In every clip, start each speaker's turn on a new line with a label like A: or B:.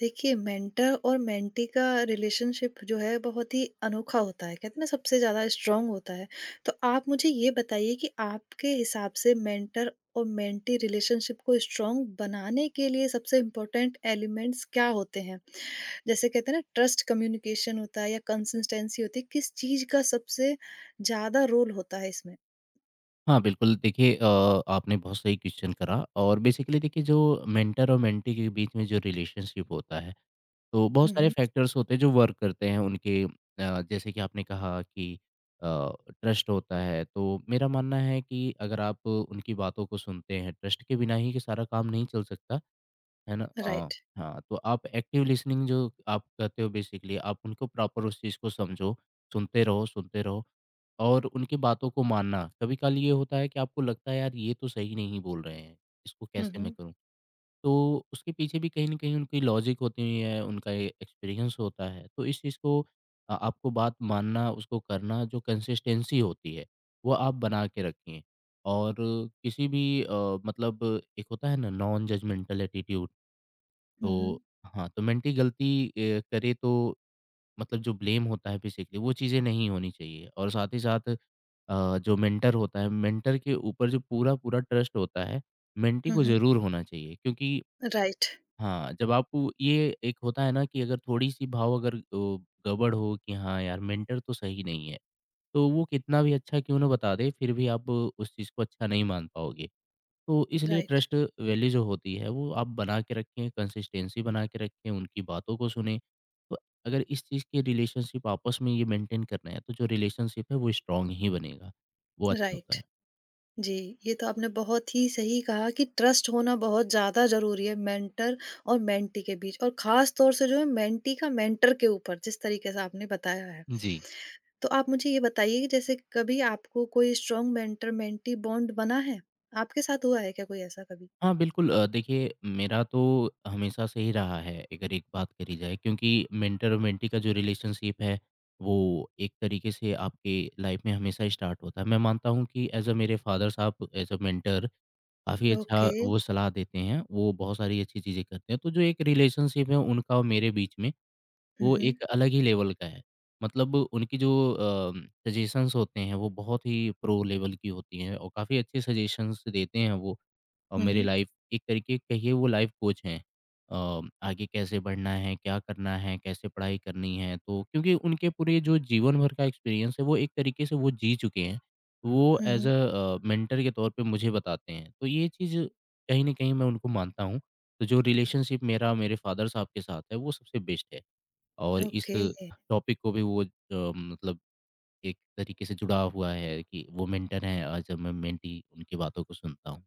A: देखिए, मेंटर और मेंटी का रिलेशनशिप जो है बहुत ही अनोखा होता है। कहते हैं ना, सबसे ज्यादा स्ट्रांग होता है। तो आप मुझे ये बताइए कि आपके हिसाब से मेंटर और मेंटी रिलेशनशिप को स्ट्रांग बनाने के लिए सबसे इम्पोर्टेंट एलिमेंट्स क्या होते हैं? जैसे कहते हैं ना, ट्रस्ट, कम्युनिकेशन होता है या कंसिस्टेंसी होती है? किस चीज का सबसे ज्यादा रोल होता है इसमें?
B: हाँ, बिल्कुल देखिए आपने बहुत सही क्वेश्चन करा। और बेसिकली देखिए जो मेंटर और मेंटी के बीच में जो रिलेशनशिप होता है, तो बहुत सारे
A: हम्म।
B: फैक्टर्स होते हैं जो वर्क करते हैं उनके। जैसे कि आपने कहा कि अ, ट्रस्ट होता है, तो मेरा मानना है कि अगर आप उनकी बातों को सुनते हैं, ट्रस्ट के बिना ही ये सारा काम नहीं चल सकता, है ना? हाँ,
A: राइट।
B: हाँ, तो आप एक्टिव लिसनिंग जो आप कहते हो, बेसिकली आप उनको प्रॉपर उस चीज़ को समझो, सुनते रहो और उनकी बातों को मानना। कभी-काल ये होता है कि आपको लगता है, यार, ये तो सही नहीं बोल रहे हैं, इसको कैसे मैं
A: हम्म।
B: करूँ? तो उसके पीछे भी कहीं न कहीं उनकी लॉजिक होती है, उनका ए एक्सपीरियंस होता है। तो इस चीज़ को आपको बात मानना, उसको करना, जो कंसिस्टेंसी होती है, वो आप बना के रखें। और किसी भी मतलब एक होता है ना नॉन जजमेंटल एटीट्यूड।
A: हम्म।
B: तो हाँ, तो मेंटी गलती करे तो मतलब जो ब्लेम होता है, बेसिकली वो चीज़ें नहीं होनी चाहिए और साथ ही साथ जो मेंटर होता है, मेंटर के ऊपर जो पूरा-पूरा ट्रस्ट होता है, मेंटी को
A: हम्म।
B: ज़रूर होना चाहिए। क्योंकि
A: राइट।
B: हाँ, जब आप ये एक होता है ना कि अगर थोड़ी-सी भाव अगर गड़बड़ हो कि हाँ, यार, मेंटर तो सही नहीं है, तो वो कितना भी अच्छा क्यों ना बता दे, फिर भी आप उस चीज़ को अच्छा नहीं मान पाओगे। तो इसलिए
A: राइट।
B: ट्रस्ट वैल्यू जो होती है वो आप बना के रखें, कंसिस्टेंसी बना के रखें, उनकी बातों को सुनें। तो अगर इस चीज़ की रिलेशनशिप आपस में ये मेंटेन करना है, तो जो रिलेशनशिप है वो स्ट्रॉन्ग ही बनेगा, वो अच्छा
A: राइट।
B: होता है।
A: जी। ये तो आपने बहुत ही सही कहा कि ट्रस्ट होना बहुत ज़्यादा ज़रूरी है मेंटर और मेंटी के बीच, और ख़ास तौर से जो है मेंटी का मेंटर के ऊपर, जिस तरीके से आपने बताया है।
B: जी।
A: तो आप मुझे ये बताइए कि जैसे कभी आपको कोई स्ट्रॉन्ग मेंटर मेंटी बॉन्ड बना है? आपके साथ हुआ है क्या कोई ऐसा कभी?
B: हाँ, बिल्कुल देखिए, मेरा तो हमेशा से ही रहा है, अगर एक बात करी जाए, क्योंकि मेंटर और मेंटी का जो रिलेशनशिप है वो एक तरीके से आपके लाइफ में हमेशा स्टार्ट होता है। मैं मानता हूँ कि एज़ अ मेरे फादर साहब एज़ अ मेंटर काफ़ी अच्छा
A: ओके।
B: वो सलाह देते हैं, वो बहुत सारी अच्छी चीज़ें करते हैं। तो जो एक रिलेशनशिप है उनका और मेरे बीच में,
A: हुँ,
B: वो
A: हुँ।
B: एक अलग ही लेवल का है। मतलब उनकी जो सजेशंस होते हैं वो बहुत ही प्रो लेवल की होती हैं और काफ़ी अच्छे सजेशंस देते हैं वो। और
A: हुँ,
B: मेरे
A: हुँ।
B: लाइफ एक तरीके कहिए वो लाइफ कोच हैं। अ, आगे कैसे बढ़ना है, क्या करना है, कैसे पढ़ाई करनी है, तो क्योंकि उनके पूरे जो जीवन भर का एक्सपीरियंस है वो एक तरीके से वो जी चुके हैं। वो
A: हुँ,
B: एज़
A: हुँ।
B: अ मेंटर के तौर पे मुझे बताते हैं। तो ये चीज़ कहीं न कहीं मैं उनको मानता हूँ। तो जो रिलेशनशिप मेरा मेरे फादर साहब के साथ है वो सबसे बेस्ट है। और इस
A: ओके।
B: टॉपिक को भी वो मतलब एक तरीके से जुड़ा हुआ है कि वो मेंटर हैं और जब मैं मेंटी उनकी बातों को सुनता हूँ।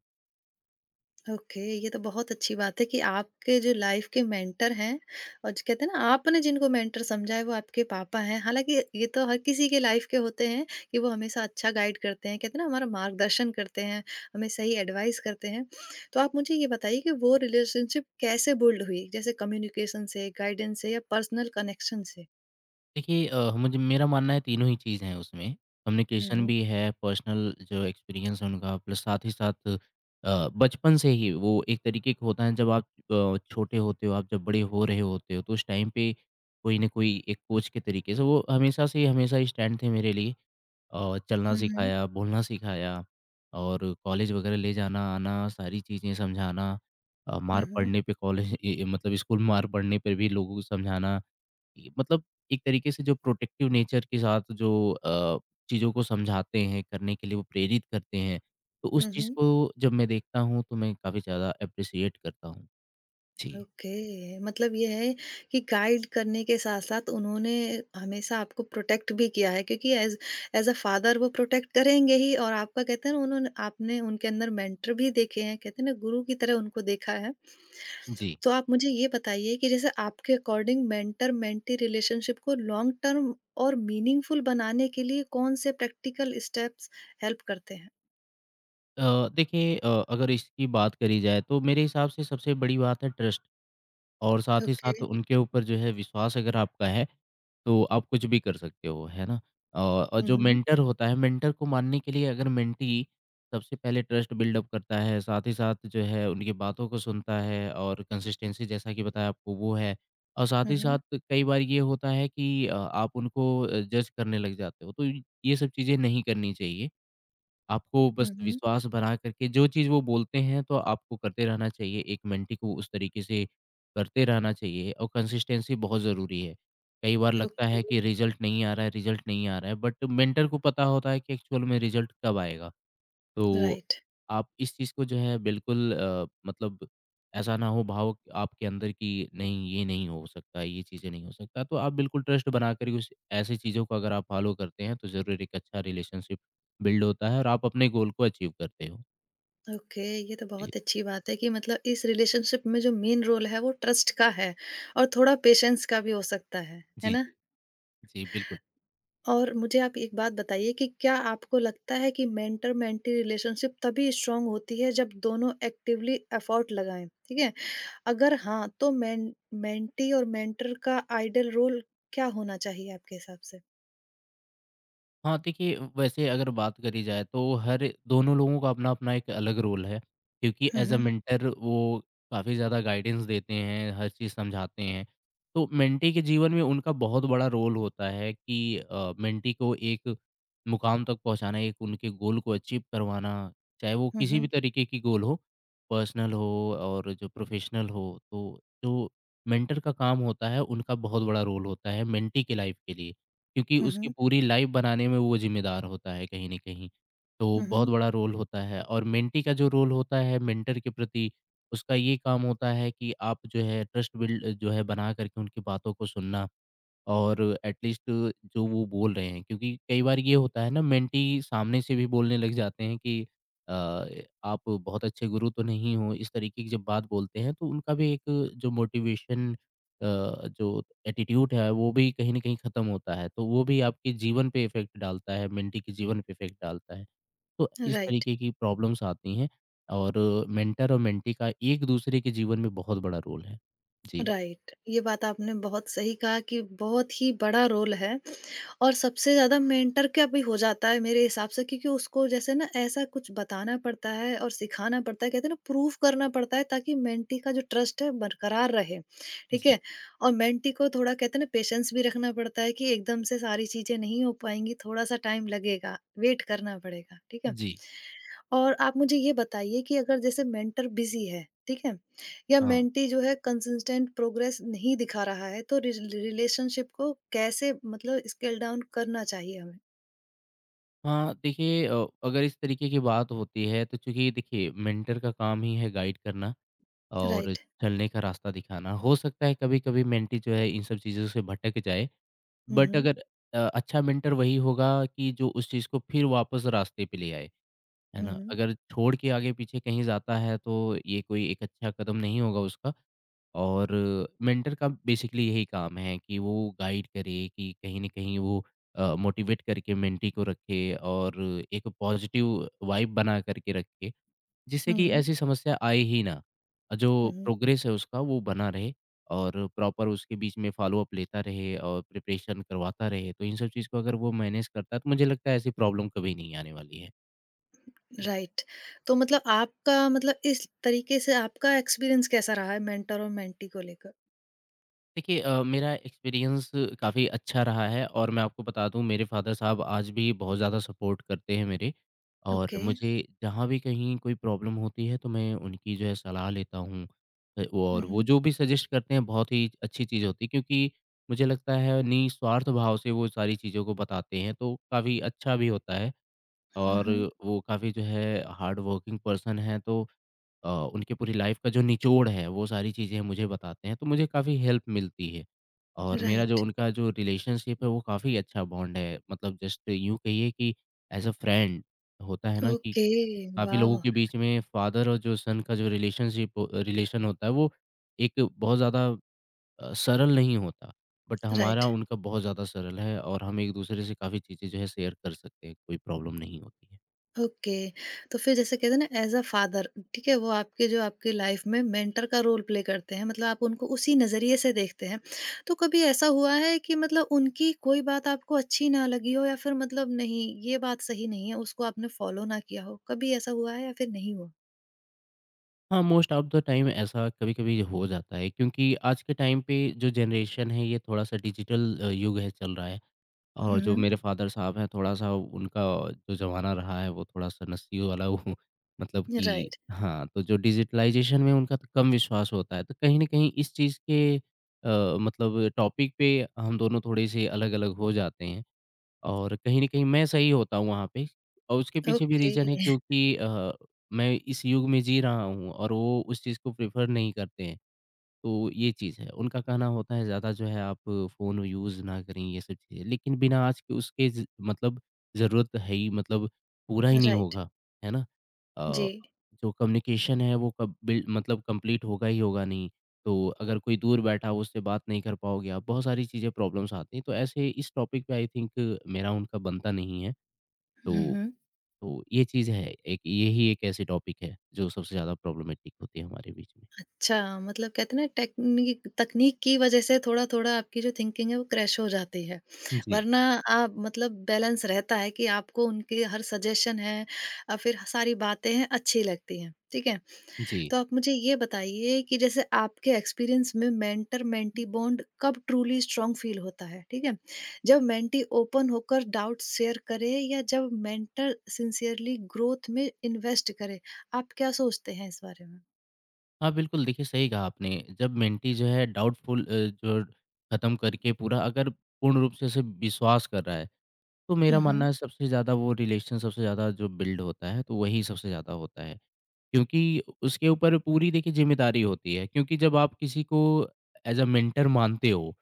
A: ओके, ये तो बहुत अच्छी बात है कि आपके जो लाइफ के मेंटर हैं और जो कहते हैं ना आपने जिनको मेंटर समझा है वो आपके पापा हैं। हालाँकि ये तो हर किसी के लाइफ के होते हैं कि वो हमेशा अच्छा गाइड करते हैं, कहते हैं ना हमारा मार्गदर्शन करते हैं, हमें सही एडवाइस करते हैं। तो आप मुझे ये बताइए कि वो रिलेशनशिप कैसे बिल्ड हुई? जैसे कम्युनिकेशन से, गाइडेंस से या पर्सनल कनेक्शन से?
B: देखिए मुझे, मेरा मानना है, तीनों ही चीज़ हैं उसमें,
A: हुँ,
B: कम्युनिकेशन
A: हुँ।
B: भी है, पर्सनल जो एक्सपीरियंस है उनका, प्लस साथ ही साथ बचपन से ही वो एक तरीके का होता है, जब आप छोटे होते हो, आप जब बड़े हो रहे होते हो, तो उस टाइम पे कोई न कोई एक कोच के तरीके से वो हमेशा से ही हमेशा स्टैंड थे मेरे लिए और चलना
A: हुँ, हुँ।
B: सिखाया, बोलना सिखाया और कॉलेज वगैरह ले जाना, आना, सारी चीज़ें समझाना।
A: हुँ,
B: मार
A: हुँ।
B: पड़ने पे कॉलेज ए ए, मतलब स्कूल मार पड़ने पे भी लोगों को समझाना। ये मतलब एक तरीके से जो प्रोटेक्टिव नेचर के साथ जो चीज़ों को समझाते हैं, करने के लिए वो प्रेरित करते हैं, तो उस
A: हुँ,
B: चीज़
A: हुँ।
B: को जब मैं देखता हूँ, तो मैं काफ़ी ज़्यादा एप्रिशिएट करता हूँ। जी।
A: ओके, मतलब ये है कि गाइड करने के साथ-साथ उन्होंने हमेशा आपको प्रोटेक्ट भी किया है, क्योंकि एज़ एज़ अ फादर वो प्रोटेक्ट करेंगे ही। और आपका, कहते हैं ना, उन्होंने आपने उनके अंदर मेंटर भी देखे हैं, कहते हैं ना गुरु की तरह उनको देखा है।
B: जी।
A: तो आप मुझे ये बताइए कि जैसे आपके अकॉर्डिंग मेंटर-मेंटी रिलेशनशिप को लॉन्ग टर्म और मीनिंगफुल बनाने के लिए कौन-से प्रैक्टिकल स्टेप्स हेल्प करते हैं?
B: अ, देखिए अगर इसकी बात करी जाए, तो मेरे हिसाब से सबसे बड़ी बात है ट्रस्ट। और साथ ही
A: ओके।
B: साथ उनके ऊपर जो है विश्वास अगर आपका है, तो आप कुछ भी कर सकते हो, है ना? और
A: हुँ,
B: जो
A: हुँ।
B: मेंटर होता है, मेंटर को मानने के लिए अगर मेंटी सबसे पहले ट्रस्ट बिल्डअप करता है, साथ ही साथ जो है उनकी बातों को सुनता है और कंसिस्टेंसी, जैसा कि बताया आपको, वो है। और साथ
A: हुँ,
B: ही
A: हुँ।
B: साथ कई बार ये होता है कि आप उनको जज करने लग जाते हो, तो ये सब चीज़ें नहीं करनी चाहिए। आपको बस
A: हुँ, हुँ।
B: विश्वास बना करके जो चीज़ वो बोलते हैं, तो आपको करते रहना चाहिए। एक मेंटी को उस तरीके से करते रहना चाहिए और कंसिस्टेंसी बहुत ज़रूरी है। कई बार लगता
A: ओके,
B: है कि रिज़ल्ट नहीं आ रहा है, रिज़ल्ट नहीं आ रहा है, बट मेंटर को पता होता है कि एक्चुअल में रिज़ल्ट कब आएगा। तो
A: राइट।
B: आप इस चीज़ को जो है बिल्कुल मतलब ऐसा ना हो भाव आपके अंदर कि नहीं ये नहीं हो सकता, ये चीज़ें नहीं हो सकता, तो आप बिल्कुल ट्रस्ट बना कर उस ऐसी चीज़ों को अगर आप फ़ॉलो करते हैं, तो ज़रूर एक अच्छा रिलेशनशिप बिल्ड होता है और आप अपने गोल को अचीव करते हो।
A: ओके, ये तो
B: जी।
A: बहुत अच्छी बात है कि मतलब इस रिलेशनशिप में जो मेन रोल है वो ट्रस्ट का है। और थोड़ा पेशेंस का भी हो सकता है
B: जी,
A: ना?
B: जी। जी, बिल्कुल।
A: और मुझे आप एक बात बताइए कि क्या आपको लगता है कि मेंटर मेंटी रिलेशनशिप तभी स्ट्रांग होती है जब दोनों एक्टिवली एफर्ट लगाएं? ठीक है? अगर हाँ, तो मेन मेंटी और मेंटर का आइडल रोल क्या होना चाहिए आपके हिसाब से?
B: हाँ, देखिए वैसे अगर बात करी जाए, तो हर दोनों लोगों का अपना-अपना एक अलग रोल है, क्योंकि एज़ अ
A: हम्म।
B: मेंटर वो काफ़ी ज़्यादा गाइडेंस देते हैं, हर चीज़ समझाते हैं। तो मेंटी के जीवन में उनका बहुत बड़ा रोल होता है कि मेंटी को एक मुकाम तक पहुँचाना, एक उनके गोल को अचीव करवाना, चाहे वो किसी भी
A: हम्म।
B: तरीके की गोल हो, पर्सनल हो और जो प्रोफ़ेशनल हो। तो जो मेंटर का काम होता है, उनका बहुत बड़ा रोल होता है मेंटी के लाइफ़ के लिए। क्योंकि उसकी
A: हम्म।
B: पूरी लाइफ़ बनाने में वो ज़िम्मेदार होता है कहीं न कहीं। तो बहुत
A: हम्म।
B: बड़ा रोल होता है और मेंटी का जो रोल होता है मेंटर के प्रति, उसका ये काम होता है कि आप जो है ट्रस्ट बिल्ड जो है बना कर के उनकी बातों को सुनना। और एटलीस्ट जो वो बोल रहे हैं, क्योंकि कई बार ये होता है ना मेंटी सामने से भी बोलने लग जाते हैं कि अ, आप बहुत अच्छे गुरु तो नहीं हो, इस तरीके की जब बात बोलते हैं, तो उनका भी एक जो मोटिवेशन, जो एटीट्यूड है, वो भी कहीं ना कहीं खत्म होता है, तो वो भी आपके जीवन पे इफेक्ट डालता है, मेंटी के जीवन पे इफेक्ट डालता है। तो इस
A: राइट।
B: तरीके की प्रॉब्लम्स आती हैं और मेंटर और मेंटी का एक दूसरे के जीवन में बहुत बड़ा रोल है। जी।
A: राइट। ये बात आपने बहुत सही कहा कि बहुत ही बड़ा रोल है। और सबसे ज़्यादा मेंटर का भी हो जाता है मेरे हिसाब से, क्योंकि उसको जैसे ना ऐसा कुछ बताना पड़ता है और सिखाना पड़ता है, कहते हैं ना प्रूफ करना पड़ता है, ताकि मेंटी का जो ट्रस्ट है बरकरार रहे। ठीक
B: जी।
A: है? और मेंटी को थोड़ा, कहते हैं ना, पेशेंस भी रखना पड़ता है, कि एकदम से सारी चीज़ें नहीं हो पाएंगी, थोड़ा सा टाइम लगेगा, वेट करना पड़ेगा। ठीक है?
B: जी।
A: और आप मुझे ये बताइए कि अगर जैसे मेंटर बिजी है, ठीक है, या
B: हाँ,
A: मेंटी जो है कंसिस्टेंट प्रोग्रेस नहीं दिखा रहा है, तो रिलेशनशिप को कैसे मतलब स्केल डाउन करना चाहिए हमें?
B: हाँ, देखिए अगर इस तरीके की बात होती है, तो चूँकि देखिए मेंटर का काम ही है गाइड करना और
A: राइट।
B: चलने का रास्ता दिखाना। हो सकता है कभी-कभी मेंटी जो है इन सब चीज़ों से भटक जाए, बट
A: हम्म।
B: अगर अच्छा मेंटर वही होगा कि जो उस चीज़ को फिर वापस रास्ते पे ले आए, है ना?
A: हम्म।
B: अगर छोड़ के आगे-पीछे कहीं जाता है, तो ये कोई एक अच्छा कदम नहीं होगा उसका। और मेंटर का बेसिकली यही काम है कि वो गाइड करे, कि कहीं न कहीं वो मोटिवेट करके मेंटी को रखे और एक पॉजिटिव वाइब बना करके रखे, जिससे कि
A: हम्म।
B: ऐसी समस्या आए ही ना। जो
A: हम्म।
B: प्रोग्रेस है उसका वो बना रहे और प्रॉपर उसके बीच में फ़ॉलो-अप लेता रहे और प्रिपरेशन करवाता रहे, तो इन सब चीज़ को अगर वो मैनेज करता है, तो मुझे लगता है ऐसी प्रॉब्लम कभी नहीं आने वाली है। जी।
A: राइट। तो मतलब आपका, मतलब, इस तरीके से आपका एक्सपीरियंस कैसा रहा है मेंटर और मेंटी को लेकर?
B: देखिए मेरा एक्सपीरियंस काफ़ी अच्छा रहा है और मैं आपको बता दूँ, मेरे फ़ादर साहब आज भी बहुत ज़्यादा सपोर्ट करते हैं मेरे और
A: ओके।
B: मुझे जहाँ भी कहीं कोई प्रॉब्लम होती है, तो मैं उनकी जो है सलाह लेता हूँ। और वो
A: हम्म।
B: जो भी सजेस्ट करते हैं, बहुत ही अच्छी चीज़ होती है, क्योंकि मुझे लगता है निस्वार्थ भाव से वो सारी चीज़ों को बताते हैं, तो काफ़ी अच्छा भी होता है। और
A: हम्म।
B: वो काफ़ी जो है हार्ड वर्किंग पर्सन है, तो अ, उनके पूरी लाइफ का जो निचोड़ है, वो सारी चीज़ें मुझे बताते हैं, तो मुझे काफ़ी हेल्प मिलती है। और मेरा
A: राइट।
B: जो उनका जो रिलेशनशिप है, वो काफ़ी अच्छा बॉन्ड है। मतलब जस्ट यूँ कहिए कि एज़ अ फ्रेंड होता है ना कि
A: ओके।
B: काफ़ी लोगों
A: वाह।
B: के बीच में फ़ादर और जो सन का जो रिलेशनशिप रिलेशन होता है, वो एक बहुत ज़्यादा सरल नहीं होता। बट हमारा
A: राइट।
B: उनका बहुत ज़्यादा सरल है और हम एक-दूसरे से काफ़ी चीज़ें जो है शेयर कर सकते हैं, कोई प्रॉब्लम नहीं होती है।
A: ओके। तो फिर जैसे कहते हैं ना, एज अ फादर, ठीक है, वो आपके जो आपकी लाइफ में मेंटर का रोल प्ले करते हैं, मतलब आप उनको उसी नज़रिए से देखते हैं। तो कभी ऐसा हुआ है कि मतलब उनकी कोई बात आपको अच्छी ना लगी हो, या फिर मतलब नहीं ये बात सही नहीं है, उसको आपने फॉलो ना किया हो? कभी ऐसा हुआ है या फिर नहीं हुआ?
B: हाँ, मोस्ट ऑफ द टाइम ऐसा कभी-कभी हो जाता है, क्योंकि आज के टाइम पे जो जनरेशन है ये थोड़ा-सा डिजिटल युग है चल रहा है और जो
A: हम्म।
B: मेरे फादर साहब हैं थोड़ा-सा उनका जो ज़माना रहा है वो थोड़ा-सा नस्ली वाला वो मतलब कि
A: राइट।
B: हाँ, तो जो डिजिटलाइज़ेशन में उनका तो कम विश्वास होता है। तो कहीं न कहीं इस चीज़ के मतलब टॉपिक पे हम दोनों थोड़े-से अलग-अलग हो जाते हैं। और कहीं न कहीं मैं सही होता हूँ वहाँ पे और उसके पीछे भी
A: ओके।
B: रीज़न है क्योंकि मैं इस युग में जी रहा हूँ और वो उस चीज़ को प्रेफ़र नहीं करते हैं। तो ये चीज़ है। उनका कहना होता है ज़्यादा जो है आप फ़ोन यूज़ ना करें ये सब चीज़ें। लेकिन बिना आज के उसके ज मतलब ज़रूरत है ही मतलब पूरा ही नहीं
A: राइट।
B: होगा, है ना?
A: जी।
B: अ, जो कम्युनिकेशन है वो कब बिल मतलब कंप्लीट होगा ही होगा नहीं। तो अगर कोई दूर बैठा हो उससे बात नहीं कर पाओगे आप, बहुत सारी चीज़ें प्रॉब्लम्स आती हैं। तो ऐसे इस टॉपिक पे आई थिंक मेरा उनका बनता नहीं है। तो तो ये चीज़ है, एक ये ही एक ऐसी टॉपिक है जो सबसे ज़्यादा प्रॉब्लमैटिक होती है हमारे बीच में।
A: अच्छा, मतलब कहते हैं ना टेक्नीक तकनीक की वजह से थोड़ा-थोड़ा आपकी जो थिंकिंग है वो क्रैश हो जाती है।
B: जी,
A: वरना आप, मतलब, बैलेंस रहता है कि आपको उनके हर सजेशन है, फिर सारी बातें हैं अच्छी लगती हैं, ठीक है?
B: जी।
A: तो आप मुझे ये बताइए कि जैसे आपके एक्सपीरियंस में मेंटर-मेंटी बॉन्ड कब ट्रूली स्ट्रॉन्ग फ़ील होता है, ठीक है? जब मेंटी ओपन होकर डाउट्स शेयर करे, या जब मेंटर सिंसियरली ग्रोथ में इन्वेस्ट करे, आप क्या सोचते हैं इस बारे में?
B: हाँ, बिल्कुल, देखिए सही कहा आपने। जब मेंटी जो है डाउटफुल जो ख़त्म करके पूरा अगर पूर्ण रूप से उसे विश्वास कर रहा है, तो मेरा
A: हुँ,
B: मानना
A: हुँ।
B: है सबसे ज़्यादा वो रिलेशन सबसे ज़्यादा जो बिल्ड होता है, तो वही सबसे ज़्यादा होता है। क्योंकि उसके ऊपर पूरी देखिए ज़िम्मेदारी होती है, क्योंकि जब आप किसी को एज़ अ मेंटर मानते हो,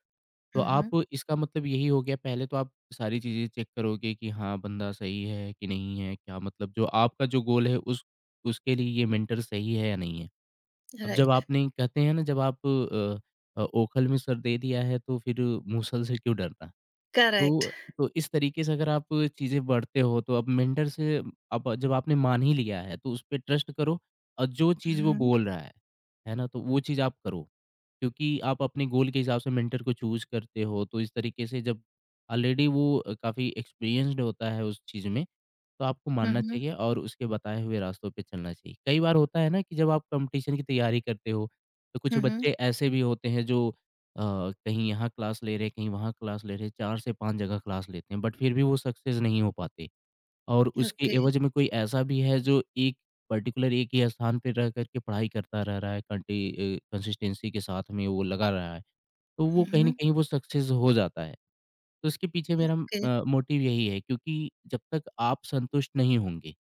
B: तो
A: हुँ, हुँ।
B: आप इसका मतलब यही हो गया पहले तो आप सारी चीज़ें चेक करोगे कि हाँ, बंदा सही है कि नहीं है, क्या मतलब जो आपका जो गोल है उस उसके लिए ये मेंटर सही है या नहीं है। अब जब
A: Right.
B: आपने कहते हैं ना जब आप ओखल में सर दे दिया है तो फिर मूसल से क्यों डरना?
A: Correct.
B: तो तो इस तरीके से अगर आप चीज़ें बढ़ते हो तो अब मेंटर से अब जब आपने मान ही लिया है तो उस पे ट्रस्ट करो और जो चीज़ वो
A: Mhm.
B: बोल रहा है ना? तो वो चीज़ आप करो। क्योंकि आप अपने गोल के हिसाब से मेंटर को चूज़ करते हो तो इस तरीके से जब ऑलरेडी वो काफ़ी एक्सपीरियंस्ड होता है उस चीज़ में, तो आपको मानना
A: Mhm.
B: चाहिए और उसके बताए हुए रास्तों पे चलना चाहिए। कई बार होता है ना कि जब आप कॉम्पिटिशन की तैयारी करते हो, तो कुछ
A: Mhm.
B: बच्चे ऐसे भी होते हैं जो अ, कहीं यहाँ क्लास ले रहे, कहीं वहाँ क्लास ले रहे, 4 से 5 जगह क्लास लेते हैं, बट फिर भी वो सक्सेस नहीं हो पाते। और उसके
A: Okay.
B: एवज़ में कोई ऐसा भी है जो एक पर्टिकुलर एक ही स्थान पे रह कर के पढ़ाई करता रह रहा है, कंसिस्टेंसी के साथ में वो लगा रहा है, तो वो कहीं न
A: Mhm.
B: कहीं वो सक्सेस हो जाता है। तो इसके पीछे मेरा
A: Okay.
B: मोटिव यही है क्योंकि जब तक आप संतुष्ट नहीं होंगे,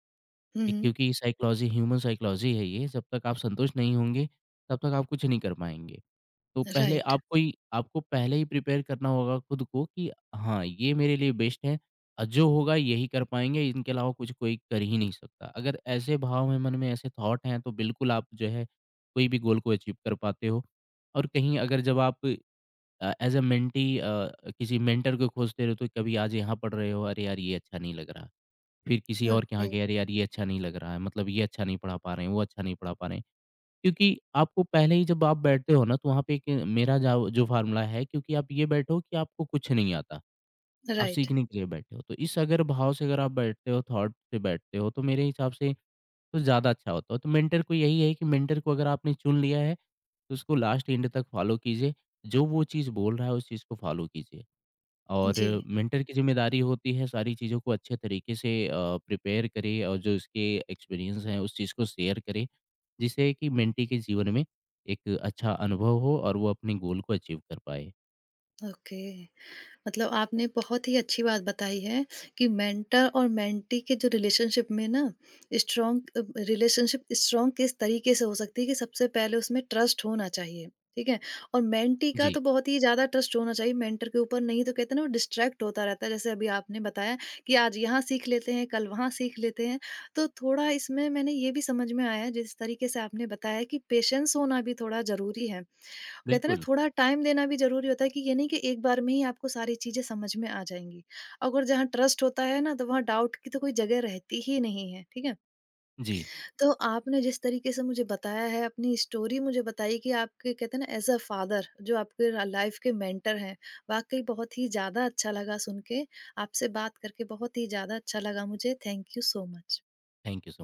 B: एक
A: Mhm.
B: क्योंकि साइकोलॉजी ह्यूमन साइकोलॉजी है ये, जब तक आप संतुष्ट नहीं होंगे, तब तक आप कुछ नहीं कर पाएँगे। तो पहले
A: Right.
B: आपको ही आपको पहले ही प्रिपेयर करना होगा खुद को कि हाँ, ये मेरे लिए बेस्ट है और जो होगा यही कर पाएँगे, इनके अलावा कुछ कोई कर ही नहीं सकता। अगर ऐसे भाव हैं मन में, ऐसे थॉट हैं, तो बिल्कुल आप जो है कोई भी गोल को अचीव कर पाते हो। और कहीं अगर जब आप एज़ अ मेंटी किसी मेंटर को खोजते रहते हो, कभी आज यहाँ पढ़ रहे हो, अरे यार ये अच्छा नहीं लग रहा। फिर किसी और के यहाँ
A: Okay.
B: गए, अरे यार ये अच्छा नहीं लग रहा है, मतलब ये अच्छा नहीं पढ़ा पा रहे हैं, वो अच्छा नहीं पढ़ा पा रहे हैं। क्योंकि आपको पहले ही जब आप बैठते हो ना तो वहाँ पे एक मेरा जाव जो फ़ॉर्मूला है क्योंकि आप ये बैठो कि आपको कुछ नहीं आता, आप
A: Right.
B: सीखने के लिए बैठे हो। तो इस अगर भाव से अगर आप बैठते हो, थॉट से बैठते हो तो मेरे हिसाब से तो ज़्यादा अच्छा होता है। तो मेंटर को यही है कि मेंटर को अगर आपने चुन लिया है तो उसको लास्ट एंड तक फ़ॉलो कीजिए। जो वो चीज़ बोल रहा है उस चीज़ को फ़ॉलो कीजिए। और
A: जी।
B: मेंटर की ज़िम्मेदारी होती है सारी चीज़ों को अच्छे तरीके से प्रिपेयर करे और जो इसके एक्सपीरियंस हैं उस चीज़ को शेयर करे, जिससे कि मेंटी के जीवन में एक अच्छा अनुभव हो और वो अपने गोल को अचीव कर पाए।
A: ओके। मतलब आपने बहुत ही अच्छी बात बताई है कि मेंटर और मेंटी के जो रिलेशनशिप में ना, स्ट्रॉन्ग रिलेशनशिप स्ट्रॉन्ग किस तरीके से हो सकती है, कि सबसे पहले उसमें ट्रस्ट होना चाहिए। ठीक है? और मेंटी का
B: जी,
A: तो बहुत ही ज्यादा ट्रस्ट होना चाहिए मेंटर के ऊपर, नहीं तो कहते हैं ना वो डिस्ट्रैक्ट होता रहता है, जैसे अभी आपने बताया कि आज यहाँ सीख लेते हैं, कल वहाँ सीख लेते हैं। तो थोड़ा इसमें मैंने ये भी समझ में आया जिस तरीके से आपने बताया, कि पेशेंस होना भी थोड़ा जरूरी है, कहते हैं ना
B: बिल्कुल।
A: थोड़ा टाइम देना भी ज़रूरी होता है, कि ये नहीं कि एक बार में ही आपको सारी चीज़ें समझ में आ जाएँगी। अगर जहाँ ट्रस्ट होता है ना, तो वहाँ डाउट की तो कोई जगह रहती ही नहीं है, ठीक है?
B: जी,
A: तो आपने जिस तरीके से मुझे बताया है, अपनी स्टोरी मुझे बताई, कि आपके, कहते हैं ना, एज़ अ फ़ादर जो आपके र लाइफ़ के मेंटर हैं, वाक़ई बहुत ही ज़्यादा अच्छा लगा सुन के। आपसे बात करके बहुत ही ज़्यादा अच्छा लगा मुझे। Thank you so much.
B: Thank you so